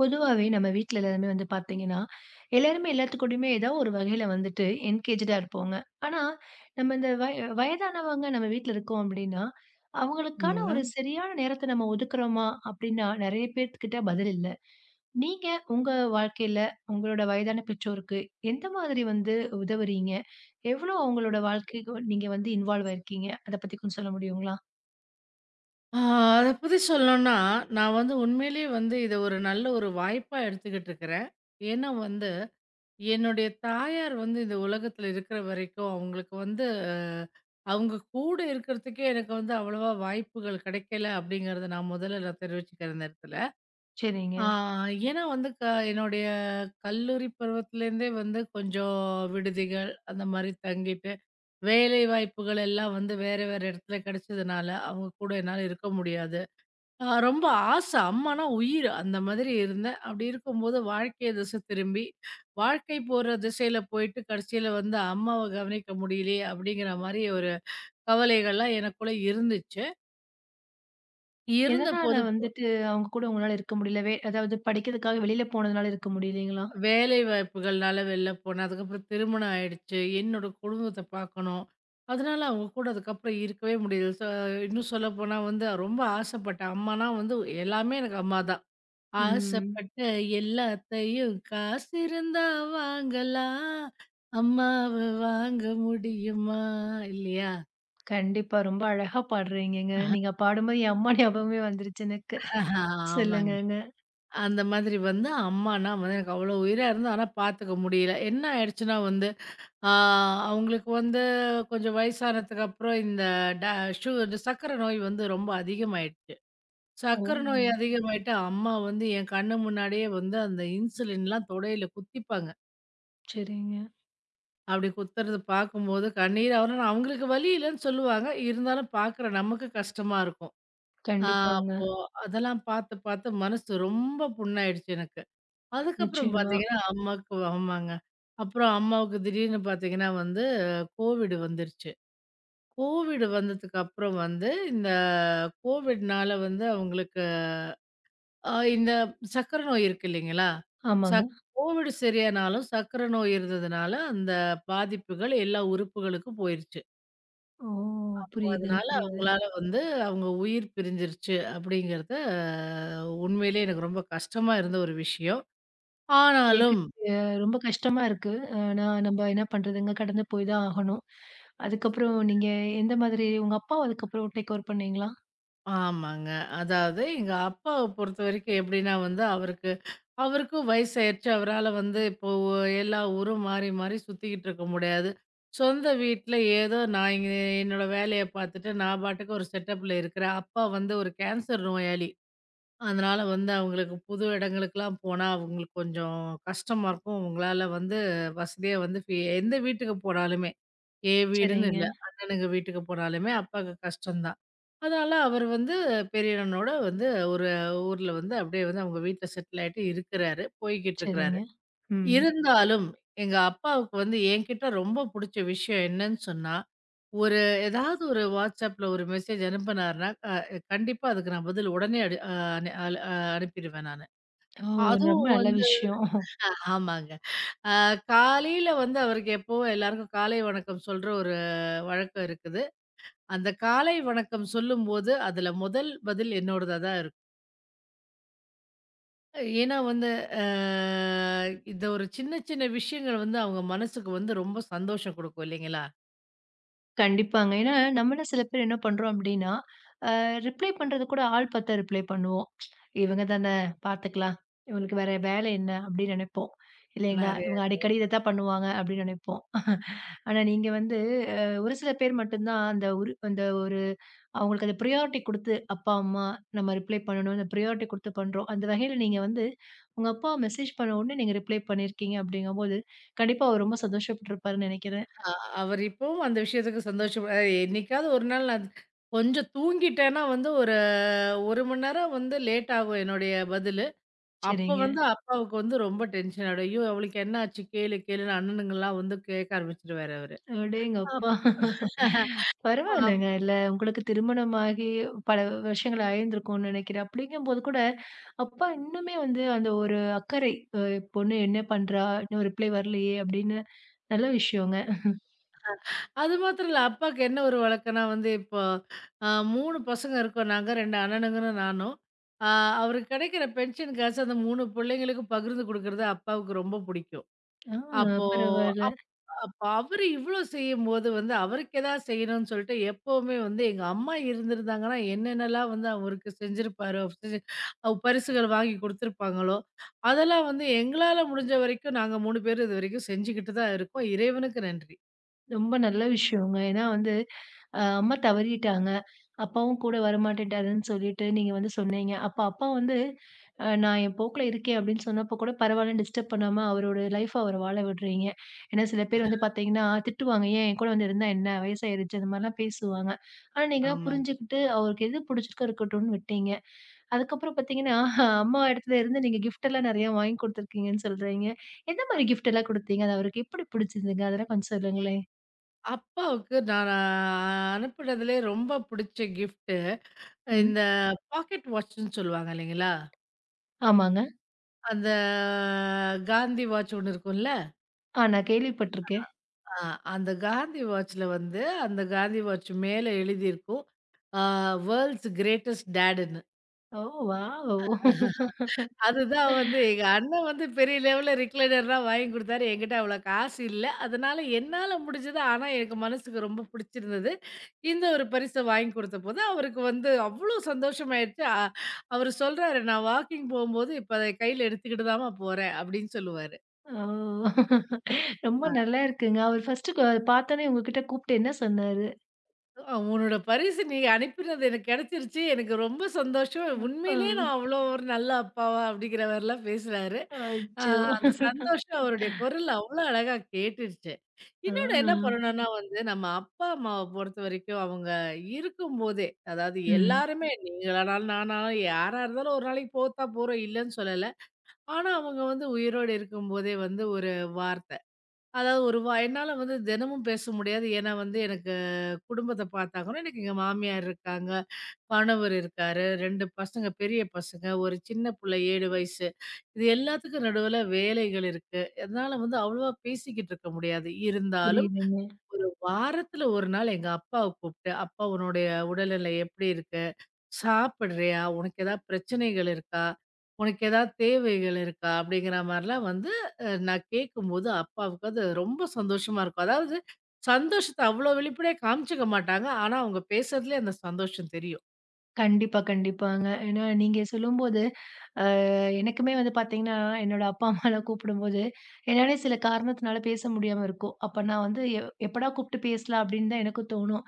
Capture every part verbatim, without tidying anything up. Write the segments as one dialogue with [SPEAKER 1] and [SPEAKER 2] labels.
[SPEAKER 1] பொதுவாவே நம்ம வீட்ல எல்லாருமே வந்து பாத்தீங்கன்னா, எல்லாருமே எல்லாத்துக்கூடயுமே ஏதாவது ஒரு வகையில வந்துட்டு என்கேஜ்டா இருப்போங்க. ஆனா, நம்ம இந்த வய வயதானவங்க நம்ம வீட்ல இருக்கோம் அப்டின்னா, அவங்களுக்கான
[SPEAKER 2] ஆமாங்க.
[SPEAKER 1] ஒரு சரியான நேரத்த நம்ம ஒதுக்குறோமா? அப்டின்னா நெறைய பேத்துக்கிட்ட பதில் இல்ல. நீங்க உங்க வாழ்க்கையில உங்களோட வயதான பெற்றோருக்கு எந்த மாதிரி வந்து உதவுறீங்க? எவ்ளோ அவங்களோட வாழ்க்கைக்கு நீங்க வந்து இன்வால்வ் ஆயிருக்கீங்க? அத பத்தி கொஞ்சம் சொல்ல முடியுங்களா?
[SPEAKER 2] ஆ அத பத்தி சொல்லணும்னா, நான் வந்து உண்மையிலேயே வந்து இத ஒரு நல்ல ஒரு வாய்ப்பா எடுத்துக்கிட்டு இருக்கிறேன். ஏன்னா வந்து, என்னுடைய தாயார் வந்து இந்த உலகத்துல இருக்கிற வரைக்கும், அவங்களுக்கு வந்து அஹ், அவங்க கூட இருக்கிறதுக்கே எனக்கு வந்து அவ்வளவா வாய்ப்புகள் கிடைக்கல அப்படிங்கிறத நான் முதல்ல நான் தெரிவிச்சுக்கிறேன் இந்த இடத்துல. ஆ
[SPEAKER 1] சரிங்க.
[SPEAKER 2] ஏன்னா வந்து க என்னுடைய கல்லூரி பருவத்திலேருந்தே வந்து கொஞ்சம் விடுதிகள் அந்த மாரி தங்கிட்டு, வேலை வாய்ப்புகள் எல்லாம் வந்து வேற வேற இடத்துல கிடைச்சதுனால, அவங்க கூட என்னால இருக்க முடியாது. ஆ ரொம்ப ஆசை. அம்மானா உயிர். அந்த மாதிரி இருந்தேன். அப்படி இருக்கும்போது வாழ்க்கைய திசை திரும்பி, வாழ்க்கை போற திசையில போயிட்டு கடைசியில வந்து அம்மாவ கவனிக்க முடியலையே! அப்படிங்கிற மாரி ஒரு கவலைகள்லாம் எனக்குள்ள இருந்துச்சு.
[SPEAKER 1] எதனால
[SPEAKER 2] இருந்தபோது ப
[SPEAKER 1] வந்துட்டு அவங்க கூட உங்களால இருக்க முடியல? வே அதாவது படிக்கிறதுக்காக வெளியில போனதுனால இருக்க முடியலைங்களா?
[SPEAKER 2] வேலை வாய்ப்புகள்னால வெளில போனேன். அதுக்கப்புறம் திருமணம் ஆயிடுச்சு. என்னோட குடும்பத்த பார்க்கணும். அதனால அவங்க கூட அதுக்கப்புறம் இருக்கவே முடியல. சோ இன்னும் சொல்லப்போனா வந்து ரொம்ப ஆசைப்பட்டேன். அம்மானா வந்து எல்லாமே எனக்கு அம்மா தான்.
[SPEAKER 1] ம்.
[SPEAKER 2] ஆசைப்பட்ட எல்லாத்தையும் காசு இருந்தா வாங்கலாம். அம்மாவ வாங்க முடியுமா? இல்லையா?
[SPEAKER 1] கண்டிப்பா. ரொம்ப அழகா பாடுறீங்கங்க. நீங்க பாடும்போது என் அம்மா ஞாபகமே வந்துருச்சு எனக்கு.
[SPEAKER 2] ஆமாங்க.
[SPEAKER 1] சொல்லுங்கங்க.
[SPEAKER 2] அந்த மாதிரி வந்து அம்மானா வந்து எனக்கு அவ்வளோ உயிரா இருந்தது. ஆனா பார்த்துக்க முடியல. என்ன ஆயிடுச்சுன்னா வந்து, ஆ அவங்களுக்கு வந்து கொஞ்சம் வயசானதுக்கு அப்புறம் இந்த ட ஷு இந்த சர்க்கரை நோய் வந்து ரொம்ப அதிகமாயிடுச்சு.
[SPEAKER 1] ஓ!
[SPEAKER 2] சர்க்கரை நோய் அதிகமாயிட்டு, அம்மா வந்து என் கண்ணு முன்னாடியே வந்து அந்த இன்சுலின்லாம் தொடையில குத்திப்பாங்க.
[SPEAKER 1] சரிங்க.
[SPEAKER 2] அப்படி குத்துறது பார்க்கும்போது கண்ணீர் வரும். அவங்களுக்கு வலி இல்லன்னு சொல்லுவாங்க. இருந்தாலும் பார்க்குற நமக்கு கஷ்டமா இருக்கும். ஆ
[SPEAKER 1] கண்டிப்பாங்க.
[SPEAKER 2] அப்போ அதெல்லாம் பார்த்து, பார்த்து மனசு ரொம்ப புண்ணாயிடுச்சு எனக்கு. அதுக்கப்புறம்
[SPEAKER 1] நிச்சயமா.
[SPEAKER 2] பார்த்தீங்கன்னா, அம்மாக்கு ஆமாங்க. அப்புறம் அம்மாவுக்கு திடீர்னு பார்த்தீங்கன்னா வந்து கோவிட் வந்துருச்சு. கோவிட் வந்ததுக்கு அப்புறம் வந்து இந்த கோவிட்னால வந்து அவங்களுக்கு அ இந்த சர்க்கரை நோய் இருக்கு இல்லைங்களா?
[SPEAKER 1] ஆமாங்க.
[SPEAKER 2] சக் கோவிட் சரியானாலும் சர்க்கரை நோய் இருந்ததுனால அந்த பாதிப்புகள் எல்லா உறுப்புகளுக்கும் போயிருச்சு.
[SPEAKER 1] ஓ! புரியுதுங்க,
[SPEAKER 2] அதனால
[SPEAKER 1] புரியுது.
[SPEAKER 2] அவங்களால வந்து அவங்க உயிர் பிரிஞ்சிருச்சு அப்படிங்கிறத உண்மையிலேயே எனக்கு ரொம்ப கஷ்டமா இருந்த ஒரு விஷயம். ஆனாலும்
[SPEAKER 1] கேட்க ரொம்ப கஷ்டமா இருக்கு. ஆனா நம்ப என்ன பண்றதுங்க, கடந்து போய் தான் ஆகணும். அதுக்கப்புறம் நீங்க எந்த மாதிரி உங்க அப்பாவ அதுக்கப்புறம் டேக் ஓவர் பண்ணீங்களா?
[SPEAKER 2] ஆமாங்க. அதாவது எங்க அப்பாவ பொறுத்தவரைக்கும் எப்படின்னா வந்து அவருக்கு அவருக்கும் வயசாயிருச்சு. அவரால வந்து இப்போ ஒ- எல்லா ஊரும் மாறி, மாறி சுத்திக்கிட்டு இருக்க முடியாது. சொந்த வீட்ல ஏதோ நான் இங்க என்னோட வேலைய பார்த்துட்டு நான் பாட்டுக்கு ஒரு செட்டப்ல இருக்கிறேன். அப்பா வந்து ஒரு கேன்சர் நோயாளி. அதனால வந்து அவங்களுக்கு புது இடங்களுக்குலாம் போனா, அவங்களுக்கு கொஞ்சம் கஷ்டமா இருக்கும். அவங்களால வந்து வசதியா வந்து ஃபி எந்த வீட்டுக்கு போனாலுமே, என் வீடுன்னு
[SPEAKER 1] சரிங்க,
[SPEAKER 2] இல்ல. அண்ணனுங்க வீட்டுக்கு போனாலுமே அப்பாக்கு கஷ்டம் தான். அதனால அவர் வந்து பெரிய அண்ணனோட வந்து ஒரு ஊர்ல வந்து அப்படியே வந்து அவங்க வீட்ல செட்டில் ஆயிட்டு இருக்கிறாரு. போய்க்கிட்டு
[SPEAKER 1] சரிங்க.
[SPEAKER 2] இருக்கிறாரு.
[SPEAKER 1] ம்.
[SPEAKER 2] இருந்தாலும் எங்க அப்பாவுக்கு வந்து என்கிட்ட ரொம்ப புடிச்ச விஷயம் என்னன்னு சொன்னா, ஒரு ஏதாவது ஒரு WhatsAppல ஒரு மெசேஜ் அனுப்புனாருன்னா, அ கண்டிப்பா அதுக்கு நான் பதில் உடனே அடு அ அனு அல் அ அனுப்பிடுவேன் நானு.
[SPEAKER 1] ஓ! ரொம்ப
[SPEAKER 2] அதுவும்
[SPEAKER 1] நல்ல
[SPEAKER 2] வந்து
[SPEAKER 1] விஷயம்.
[SPEAKER 2] ஆமாங்க. அ காலையில வந்து அவருக்கு எப்பவும் எல்லாருக்கும் காலை வணக்கம் சொல்ற ஒரு வழக்கம் இருக்குது. அந்த காலை வணக்கம் சொல்லும்போது, அதுல முதல் பதில் என்னோடதா தான் இருக்கும். ஏன்னா வந்து அ இந்த ஒரு சின்ன சின்ன விஷயங்கள் வந்து அவங்க மனசுக்கு வந்து ரொம்ப சந்தோஷம் குடுக்கும் இல்லைங்களா?
[SPEAKER 1] கண்டிப்பாங்க. ஏன்னா, நம்மலாம் சில பேர் என்ன பண்றோம் அப்டின்னா, அ ரிப்ளை பண்றது கூட ஆள் பாத்தா ரிப்ளை பண்ணுவோம். இவங்க தான பாத்துக்கலாம். இவங்களுக்கு வேற வேலை என்ன அப்டின்னு நெனைப்போம். இல்லைங்களா?
[SPEAKER 2] நெறைய
[SPEAKER 1] இவங்க அடிக்கடி இத தான் பண்ணுவாங்க அப்டின்னு நெனைப்போம். ஆனா நீங்க வந்து அ ஒரு சில பேர் மட்டும் தான் அந்த ஒரு அந்த ஒரு அவங்களுக்கு அந்த பிரையாரிட்டி குடுத்து, அப்பா, அம்மா நம்ம ரிப்ளை பண்ணணும். அந்த பிரையாரிட்டி குடுத்து பண்றோம். அந்த வகையில நீங்க வந்து உங்க அப்பா மெசேஜ் பண்ண உடனே நீங்க ரிப்ளை பண்ணியிருக்கீங்க அப்டிங்கும்போது, கண்டிப்பா அவர் ரொம்ப சந்தோஷப்பட்டுருப்பாருன்னு நெனைக்கிறேன்.
[SPEAKER 2] அ அவர் இப்பவும் அந்த விஷயத்துக்கு சந்தோஷம். அ என்னைக்காவது ஒரு நாள் நான் கொஞ்சம் தூங்கிட்டேன்னா வந்து ஒரு 1 மணி நேரம் வந்து லேட் ஆகும் என்னுடைய பதிலு. அப்ப
[SPEAKER 1] சரிங்க.
[SPEAKER 2] வந்து அப்பாவுக்கு வந்து ரொம்ப டென்ஷன் ஆயிடும். ஐயோ! அவளுக்கு என்ன ஆச்சு கேளு கேளுன்னு அண்ணனுங்கலாம் வந்து கேட்க ஆரம்பிச்சுருவாரு அவரு. அப்
[SPEAKER 1] அடேங்கப்பா!
[SPEAKER 2] அப்
[SPEAKER 1] பரவாயில்லங்க. இல்ல உங்களுக்கு திருமணமாகி பல வருஷங்கள் ஆயிருந்திருக்கும்னு நெனைக்கிறேன். அப்படிங்கும்போது கூட, அப்பா இன்னுமே வந்து அந்த ஒரு அக்கறை, அ "பொண்ணு என்ன பண்றா? இன்னும் ரிப்ளை வரலையே!" அப்படின்னு நல்ல விஷயங்க.
[SPEAKER 2] அது மாத்திரம் இல்ல அப்பாக்கு என்ன ஒரு வழக்கம்னா வந்து இப்போ அ மூன்று பசங்க இருக்கோம் நாங்க ரெண்டு அண்ணனுங்கன்னு நானும். அ அவருக்கு கிடைக்கிற பென்ஷன் காசு அந்த மூன்று பிள்ளைங்களுக்கும் பகிர்ந்து குடுக்குறது அப்பாவுக்கு ரொம்ப பிடிக்கும்.
[SPEAKER 1] ஆ
[SPEAKER 2] அப்போ
[SPEAKER 1] பரவால்ல.
[SPEAKER 2] அப் அப்ப அவரு இவ்ளோ செய்யும்போது வந்து, அவருக்கு ஏதாவது செய்யணும்னு சொல்லிட்டு எப்பவுமே வந்து எங்க அம்மா இருந்திருந்தாங்கன்னா, என்னென்னலாம் வந்து அவருக்கு செஞ்சிருப்பாரோ, செஞ்சு அ பரிசுகள் வாங்கி குடுத்துருப்பாங்களோ, அதெல்லாம் வந்து எங்களால முடிஞ்ச வரைக்கும் நாங்க மூன்று பேரும் இதுவரைக்கும் செஞ்சுகிட்டு தான் இருக்கோம். இறைவனுக்கு நன்றி.
[SPEAKER 1] ரொம்ப நல்ல விஷயங்க. ஏன்னா வந்து, அ அம்மா தவறிட்டாங்க. அப்பாவும் கூட வரமாட்டேன்ட்டாருன்னு சொல்லிட்டு நீங்க வந்து சொன்னீங்க. அப்ப அப்பா வந்து, "அ நான் என் போக்குல இருக்கேன்" அப்படின்னு சொன்னப்போ கூட பரவாயில்லன்னு டிஸ்டர்ப் பண்ணாம அவரோட லைஃப அவர வாழ விடுறீங்க. ஏன்னா சில பேர் வந்து பார்த்தீங்கன்னா, திட்டுவாங்க. "ஏன் என் கூட வந்து இருந்தா என்ன? வயசாயிருச்சு" அந்த மாரிலாம் பேசுவாங்க. ஆனா நீங்கலாம்
[SPEAKER 2] ஆமா.
[SPEAKER 1] புரிஞ்சுகிட்டு, அவருக்கு எது புடிச்சிருக்கோ இருக்கட்டும்னு விட்டீங்க. அதுக்கப்புறம் பார்த்தீங்கன்னா, அம்மா இடத்துல இருந்து நீங்க கிஃப்ட்டெல்லாம் நெறையா வாங்கி குடுத்துருக்கீங்கன்னு சொல்றீங்க. எந்த மாரி கிஃப்ட்டெல்லாம் குடுத்தீங்க? அது அவருக்கு எப்படி புடிச்சிருந்ததுங்க? அதெல்லாம் கொஞ்சம் சொல்லுங்களேன்.
[SPEAKER 2] அப்பாவுக்கு நான் அனுப்புனதுலயே ரொம்ப பிடிச்ச கிஃப்ட்டு,
[SPEAKER 1] ம்.
[SPEAKER 2] இந்த பாக்கெட் வாட்ச்ன்னு சொல்லுவாங்க இல்லைங்களா?
[SPEAKER 1] ஆமாங்க.
[SPEAKER 2] அந்த காந்தி வாட்ச் ஒண்ணு இருக்கும்ல.
[SPEAKER 1] ஆ நான் கேள்விப்பட்டுருக்கேன்.
[SPEAKER 2] ஆ, அந்த காந்தி வாட்ச்ல வந்து, அந்த காந்தி வாட்ச் மேல எழுதியிருக்கும். ஆ வேர்ல்ட்ஸ் கிரேட்டஸ்ட் டாடுன்னு.
[SPEAKER 1] ஓ! வாவ்!
[SPEAKER 2] அதுதான் வந்து எங்க அண்ணன் வந்து பெரிய லெவல்ல ரிக்ளைனர்லாம் வாங்கி குடுத்தாரு. என்கிட்ட அவ்வளோ காசு இல்ல. அதனால என்னால முடிஞ்சது, ஆனா எனக்கு மனசுக்கு ரொம்ப பிடிச்சிருந்தது. இந்த ஒரு பரிச வாங்கி குடுத்தபோது, அவருக்கு வந்து அவ்வளோ சந்தோஷமாயிடுச்சு. அ அவரு சொல்றாரு, "நான் வாக்கிங் போம்போது, இப்ப அத கையில எடுத்துக்கிட்டு தாம்மா போறேன்" அப்படின்னு சொல்லுவாரு.
[SPEAKER 1] ஓ! ரொம்ப நல்லா இருக்குங்க. அவர் ஃபர்ஸ்ட்டு க பார்த்தோனே உங்ககிட்ட கூப்பிட்டு என்ன சொன்னாரு?
[SPEAKER 2] அ உன்னோட பரிசு நீ அனுப்பினது எனக்கு கிடைச்சிருச்சு. எனக்கு ரொம்ப சந்தோஷம்.
[SPEAKER 1] ஆ.
[SPEAKER 2] உண்மையிலேயே நான் அவ்வளோ ஒரு நல்ல அப்பாவா அப்படிங்கிற மாரிலாம் பேசுறாரு. அ
[SPEAKER 1] அச்சோ!
[SPEAKER 2] அந்த சந்தோஷம் அவருடைய குரல்ல அவ்வளோ அழகா கேட்டுருச்சு. இன்னொன்னு என்ன
[SPEAKER 1] ஆ.
[SPEAKER 2] பண்ணணும்னா வந்து நம்ம அப்பா, அம்மாவ பொறுத்தவரைக்கும் அவங்க இருக்கும்போதே, அதாவது
[SPEAKER 1] ம்.
[SPEAKER 2] எல்லாருமே நீங்களானாலும், நானாலும் யாரா இருந்தாலும் ஒரு நாளைக்கு போத்தா போறோம் இல்லன்னு சொல்லல. ஆனா அவங்க வந்து உயிரோடு இருக்கும்போதே வந்து ஒரு வார்த்த. அதாவது ஒரு வா என்னால வந்து தினமும் பேச முடியாது. ஏன்னா வந்து எனக்கு குடும்பத்த பார்த்தாகணும். எனக்கு எங்க மாமியார் இருக்காங்க, கணவர் இருக்காரு, ரெண்டு பசங்க, பெரிய பசங்க, ஒரு சின்ன புள்ள ஏழு வயசு. இது எல்லாத்துக்கும் நடுவுல வேலைகள் இருக்கு. அதனால வந்து அவ்வளவா பேசிக்கிட்டு இருக்க முடியாது. இருந்தாலும்
[SPEAKER 1] புரியுதுங்க.
[SPEAKER 2] ஒரு வாரத்துல ஒரு நாள் எங்க அப்பாவ கூப்பிட்டு, "அப்பா உன்னுடைய உடல்நிலை எப்படி இருக்கு? சாப்பிடுறியா? உனக்கு ஏதாவது பிரச்சனைகள் இருக்கா? உனக்கு ஏதாவது தேவைகள் இருக்கா?" அப்படிங்கிற மாரிலாம் வந்து அ நான் கேட்கும்போது, அப்பாவுக்கு அது ரொம்ப சந்தோஷமா இருக்கும். அதாவது சந்தோஷத்த அவ்வளோ வெளிப்படையா காமிச்சுக்க மாட்டாங்க. ஆனா, அவங்க பேசுறதுலயே அந்த சந்தோஷம் தெரியும்.
[SPEAKER 1] கண்டிப்பா, கண்டிப்பாங்க. ஏன்னா நீங்க சொல்லும்போது எனக்குமே வந்து பார்த்தீங்கன்னா, என்னோட அப்பா, அம்மாலாம் கூப்பிடும்போது, என்னாலயே சில காரணத்தினால பேச முடியாம இருக்கும். அப்ப நான் வந்து எ எப்படா கூப்பிட்டு பேசலாம் அப்படின்னு தான் எனக்கும் தோணும்.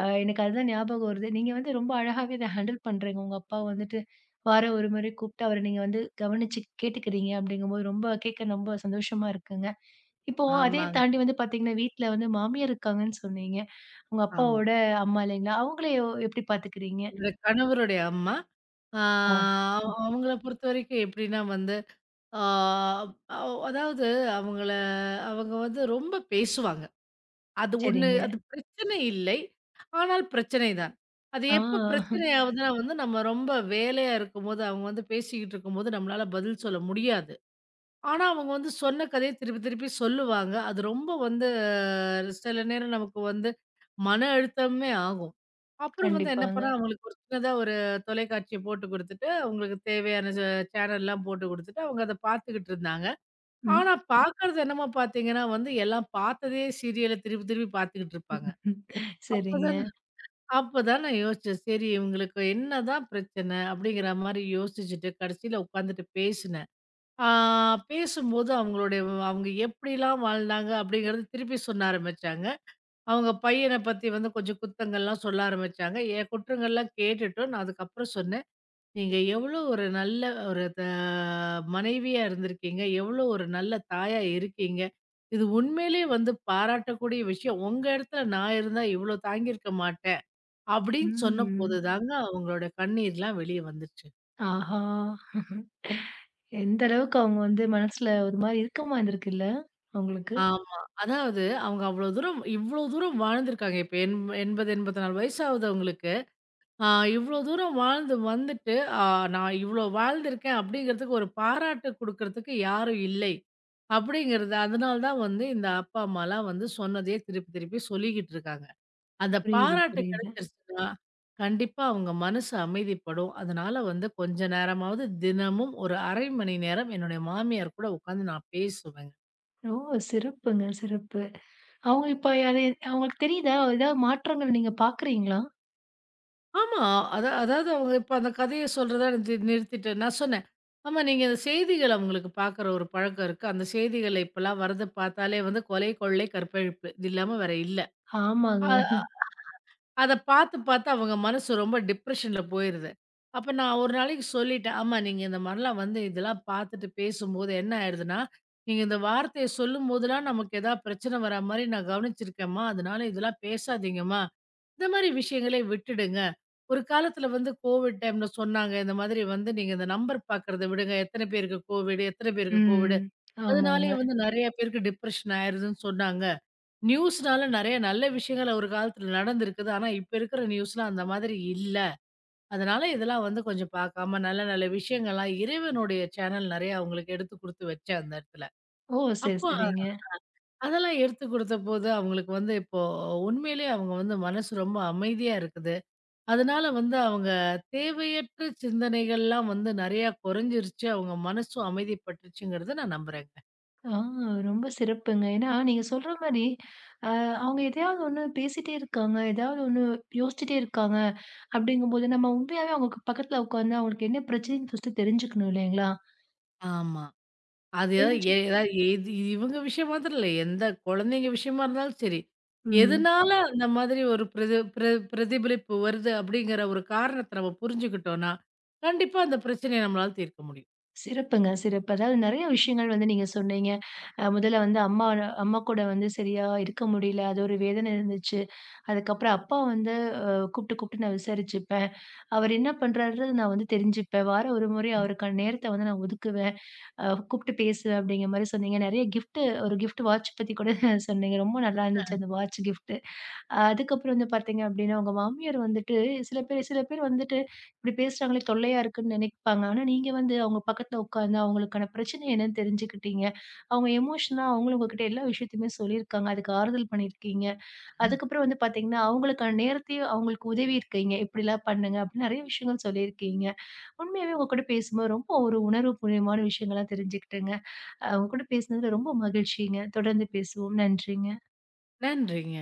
[SPEAKER 1] அ எனக்கு அதுதான் ஞாபகம் வருது. நீங்க வந்து ரொம்ப அழகாவே இத ஹேண்டில் பண்றீங்க. உங்க அப்பாவ வந்துட்டு வாரம் ஒரு முறை கூப்பிட்டு அவர நீங்க வந்து கவனிச்சு கேட்டுக்கிறீங்க அப்படிங்கும்போது, ரொம்ப கேட்க ரொம்ப சந்தோஷமா இருக்குங்க. இப்போ அதையும்
[SPEAKER 2] ஆமாங்க.
[SPEAKER 1] தாண்டி வந்து பார்த்தீங்கன்னா, வீட்ல வந்து மாமியார் இருக்காங்கன்னு சொன்னீங்க. உங்க
[SPEAKER 2] ஆமா.
[SPEAKER 1] அப்பாவோட அம்மா இல்லைங்களா? அவங்கள எ எப்படி பார்த்துக்கிறீங்க?
[SPEAKER 2] என்னோட கணவருடைய அம்மா. ஆ
[SPEAKER 1] ஆ
[SPEAKER 2] அவ் அவங்கள பொறுத்தவரைக்கும் எப்படின்னா வந்து, ஆ அவ் அதாவது அவங்கள அவங்க வந்து ரொம்ப பேசுவாங்க. அது ஒண்ணு
[SPEAKER 1] சரிங்க.
[SPEAKER 2] அது பிரச்சனை இல்லை. ஆனால் பிரச்சனை தான். அது
[SPEAKER 1] ஆ
[SPEAKER 2] எப்ப பிரச்சனை ஆவுதுன்னா வந்து, நம்ம ரொம்ப வேலையா இருக்கும்போது, அவங்க வந்து பேசிக்கிட்டு இருக்கும்போது நம்மளால பதில் சொல்ல முடியாது. ஆனா, அவங்க வந்து சொன்ன கதைய திருப்பி திருப்பி சொல்லுவாங்க. அது ரொம்ப வந்து அஹ், சில நேரம் நமக்கு வந்து மன அழுத்தமே ஆகும். அப்புறம் வந்து என்ன
[SPEAKER 1] கண்டிப்பாங்க.
[SPEAKER 2] பண்ணா, அவங்களுக்கு ஒரு சின்னதா ஒரு தொலைக்காட்சிய போட்டு குடுத்துட்டு, அவங்களுக்கு தேவையான ச சேனல்லாம் போட்டு குடுத்துட்டு, அவங்க அத பார்த்துக்கிட்டு இருந்தாங்க.
[SPEAKER 1] ம்.
[SPEAKER 2] ஆனா, பாக்குறது என்னமா பாத்தீங்கன்னா வந்து, எல்லாம் பாத்ததே சீரியல திருப்பி திருப்பி பாத்துக்கிட்டு இருப்பாங்க.
[SPEAKER 1] ம். சரிங்க.
[SPEAKER 2] அப்பதானே அப்பதான் நான் யோசிச்சேன். சரி இவங்களுக்கு என்னதான் பிரச்சனை? அப்படிங்கிற மாரி யோசிச்சுட்டு கடைசியில உட்காந்துட்டு பேசினேன். ஆ பேசும்போது அவங்களுடைய அவங்க எப்படிலாம் வாழ்ந்தாங்க அப்படிங்கிறது திருப்பி சொன்ன ஆரம்பிச்சாங்க. அவங்க பையன பத்தி வந்து கொஞ்சம் குத்தங்கள்லாம் சொல்ல ஆரம்பிச்சாங்க. என் குற்றங்கள்லாம் கேட்டுட்டு நான் அதுக்கப்புறம் சொன்னேன். நீங்க எவ்வளோ ஒரு நல்ல ஒரு த மனைவியா இருந்திருக்கீங்க. எவ்வளோ ஒரு நல்ல தாயா இருக்கீங்க. இது உண்மையிலேயே வந்து பாராட்டக்கூடிய விஷயம். உங்க இடத்துல நான் இருந்தா இவ்வளோ தாங்கியிருக்க மாட்டேன். அப்படின்னு சொன்ன போது
[SPEAKER 1] ம்.
[SPEAKER 2] தாங்க அவங்களோட கண்ணீர்லாம் வெளிய வந்துச்சு.
[SPEAKER 1] ஆஹா! எந்த அளவுக்கு அவங்க வந்து மனசுல ஒரு மாரி இறுக்கமா இருந்திருக்குல்ல? அவங்களுக்கு.
[SPEAKER 2] ஆமா. அதாவது அவங்க அவ்வளோ தூரம் இவ்வளோ தூரம் வாழ்ந்திருக்காங்க. இப்ப எண் எண்பது, எண்பத்தி நான்கு வயசு ஆகுது அவங்களுக்கு. ஆ இவ்வளோ தூரம் வாழ்ந்து வந்துட்டு, ஆ நான் இவ்வளோ வாழ்ந்திருக்கேன் அப்படிங்கிறதுக்கு ஒரு பாராட்டு குடுக்குறதுக்கு யாரும் இல்லை. அப்படிங்கிறது அதனால தான் வந்து இந்த அப்பா, அம்மாலாம் வந்து சொன்னதையே திருப்பி திருப்பி சொல்லிக்கிட்டு இருக்காங்க. அந்த
[SPEAKER 1] புரியுது,
[SPEAKER 2] பாராட்டு
[SPEAKER 1] புரியுது.
[SPEAKER 2] கிடைச்சிருச்சுன்னா, கண்டிப்பா அவங்க மனசு அமைதிப்படும். அதனால வந்து கொஞ்ச நேரமாவது தினமும் ஒரு அரை மணி நேரம் என்னுடைய மாமியார் கூட உட்காந்து நான் பேசுவேங்க.
[SPEAKER 1] ஓ! சிறப்புங்க, சிறப்பு. அவங்க இப்ப அது அவங்களுக்கு தெரியுதா? ஏதாவது மாற்றங்கள் நீங்க பார்க்குறீங்களா?
[SPEAKER 2] ஆமா. அதா அதாவது அவங்க இப்ப அந்த கதைய சொல்றத நிறுத்தி நிறுத்திட்டு நான் சொன்னேன். ஆமா நீங்க அந்த செய்திகள அவங்களுக்கு பார்க்குற ஒரு பழக்கம் இருக்கு. அந்த செய்திகள்ல இப்பலாம் வரத பார்த்தாலே வந்து கொலை, கொள்ளை, கற்பழிப்பு. இது இல்லாம வேற இல்ல.
[SPEAKER 1] ஆமாங்க.
[SPEAKER 2] அ அத பார்த்து, பார்த்து அவங்க மனசு ரொம்ப டிப்ரஷன்ல போயிருது. அப்ப நான் ஒரு நாளைக்கு சொல்லிட்டேன். ஆமா, நீங்க இந்த மாரிலாம் வந்து இதெல்லாம் பார்த்துட்டு பேசும்போது என்ன ஆயிடுதுன்னா, நீங்க இந்த வார்த்தைய சொல்லும்போதெல்லாம் நமக்கு ஏதா பிரச்சனை வரா மாரி நான் கவனிச்சிருக்கேம்மா. அதனால இதெல்லாம் பேசாதீங்கம்மா. இந்த மாரி விஷயங்களே விட்டுடுங்க. ஒரு காலத்துல வந்து கோவிட் டைம்ல சொன்னாங்க. இந்த மாதிரி வந்து நீங்க இந்த நம்பர் பார்க்கறத விடுங்க. எத்தனை பேருக்கு கோவிட் எத்தனை பேருக்கு கோவிட்.
[SPEAKER 1] ம். ஆமாங்க.
[SPEAKER 2] அதனாலேயே வந்து நெறைய பேருக்கு டிப்ரஷன் ஆயிருதுன்னு சொன்னாங்க. நியூஸ்னால நெறைய நல்ல விஷயங்கள் ஒரு காலத்துல நடந்திருக்குது. ஆனா, இப்ப இருக்கிற நியூஸ்ல அந்த மாதிரி இல்ல. அதனால இதெல்லாம் வந்து கொஞ்சம் பார்க்காம நல்ல நல்ல விஷயங்கள்லாம் இறைவனுடைய சேனல் நெறைய அவங்களுக்கு எடுத்து குடுத்து வச்சேன் அந்த இடத்துல.
[SPEAKER 1] ஓ! சரி,
[SPEAKER 2] அப்போ அ-
[SPEAKER 1] சரிங்க.
[SPEAKER 2] அதெல்லாம் எடுத்து குடுத்தபோது அவங்களுக்கு வந்து இப்போ உண்மையிலேயே அவங்க வந்து மனசு ரொம்ப அமைதியா இருக்குது. அதனால வந்து அவங்க தேவையற்ற சிந்தனைகள்லாம் வந்து நெறையா குறைஞ்சிருச்சு. அவங்க மனசும் அமைதிப்பட்டுச்சுங்கிறத நான் நம்புறேங்க.
[SPEAKER 1] ஆ ரொம்ப சிறப்புங்க. ஏன்னா, நீங்க சொல்ற மாரி, அ அவங்க எதையாவது ஒண்ணு பேசிட்டே இருக்காங்க, ஏதாவது ஒண்ணு யோசிச்சுட்டே இருக்காங்க. அப்படிங்கும்போது, நம்ம உண்மையாவே அவங்களுக்கு பக்கத்துல உட்கார்ந்து அவங்களுக்கு என்ன பிரச்சனைன்னு ஃபர்ஸ்ட்டு தெரிஞ்சுக்கணும் இல்லைங்களா?
[SPEAKER 2] ஆமா. அது எ
[SPEAKER 1] தெரிஞ்சு
[SPEAKER 2] ஏதாவது எது இவங்க விஷயம் மாத்திரம் இல்ல. எந்த குழந்தைங்க விஷயமா இருந்தாலும் சரி.
[SPEAKER 1] ம்.
[SPEAKER 2] எதனால ஆமா. அந்த மாதிரி ஒரு பிரதி பிர பிரதிபலிப்பு வருது அப்படிங்கிற ஒரு காரணத்த நம்ம புரிஞ்சுக்கிட்டோம்னா, கண்டிப்பா அந்த பிரச்சனைய நம்மளால தீர்க்க முடியும்.
[SPEAKER 1] சிறப்புங்க, சிறப்பு. அதாவது நெறைய விஷயங்கள் வந்து நீங்க சொன்னீங்க. அ முதல்ல வந்து அம்மா அம்மா கூட வந்து சரியா இருக்க முடியல. அது ஒரு வேதனை இருந்துச்சு. அதுக்கப்புறம் அப்பா வந்து அ கூப்பிட்டு கூப்பிட்டு நான் விசாரிச்சுப்பேன். அவர் என்ன பண்றாருன்றது நான் வந்து தெரிஞ்சுப்பேன். வாரம் ஒரு முறை அவருக்கான நேரத்த வந்து நான் ஒதுக்குவேன். அ கூப்பிட்டு பேசுவேன் அப்படிங்கிற மாரி சொன்னீங்க. நெறைய கிஃப்ட் ஒரு கிஃப்ட் வாட்ச் பத்தி கூட சொன்னீங்க. ரொம்ப நல்லா இருந்துச்சு அந்த வாட்ச் கிஃப்ட். அதுக்கப்புறம் வந்து பார்த்தீங்க அப்படின்னா, உங்க மாமியார் வந்துட்டு சில பேர் சில பேர் வந்துட்டு இப்படி பேசுறாங்களே தொல்லையா இருக்குன்னு நினைப்பாங்க. ஆனா நீங்க வந்து அவங்க பக்கத்துல உட்கார்ந்து அவங்களுக்கான பிரச்சனை என்னன்னு தெரிஞ்சுக்கிட்டீங்க. அவங்க எமோஷனா அவங்களும் உங்ககிட்ட எல்லா விஷயத்தையுமே சொல்லியிருக்காங்க. அதுக்கு ஆறுதல் பண்ணியிருக்கீங்க. அதுக்கப்புறம் வந்து பார்த்தீங்கன்னா, அவங்களுக்கான நேரத்தையும் அவங்களுக்கு உதவி இருக்கீங்க. இப்படிலாம் பண்ணுங்க அப்படின்னு நெறைய விஷயங்கள் சொல்லியிருக்கீங்க. உண்மையாவே உங்க கூட பேசும்போது ரொம்ப ஒரு உணர்வுபூர்வமான விஷயங்கள்லாம் தெரிஞ்சுக்கிட்டேங்க. அ உங்க கூட பேசினதுல ரொம்ப மகிழ்ச்சிங்க. தொடர்ந்து பேசுவோம். நன்றிங்க.
[SPEAKER 2] நன்றிங்க.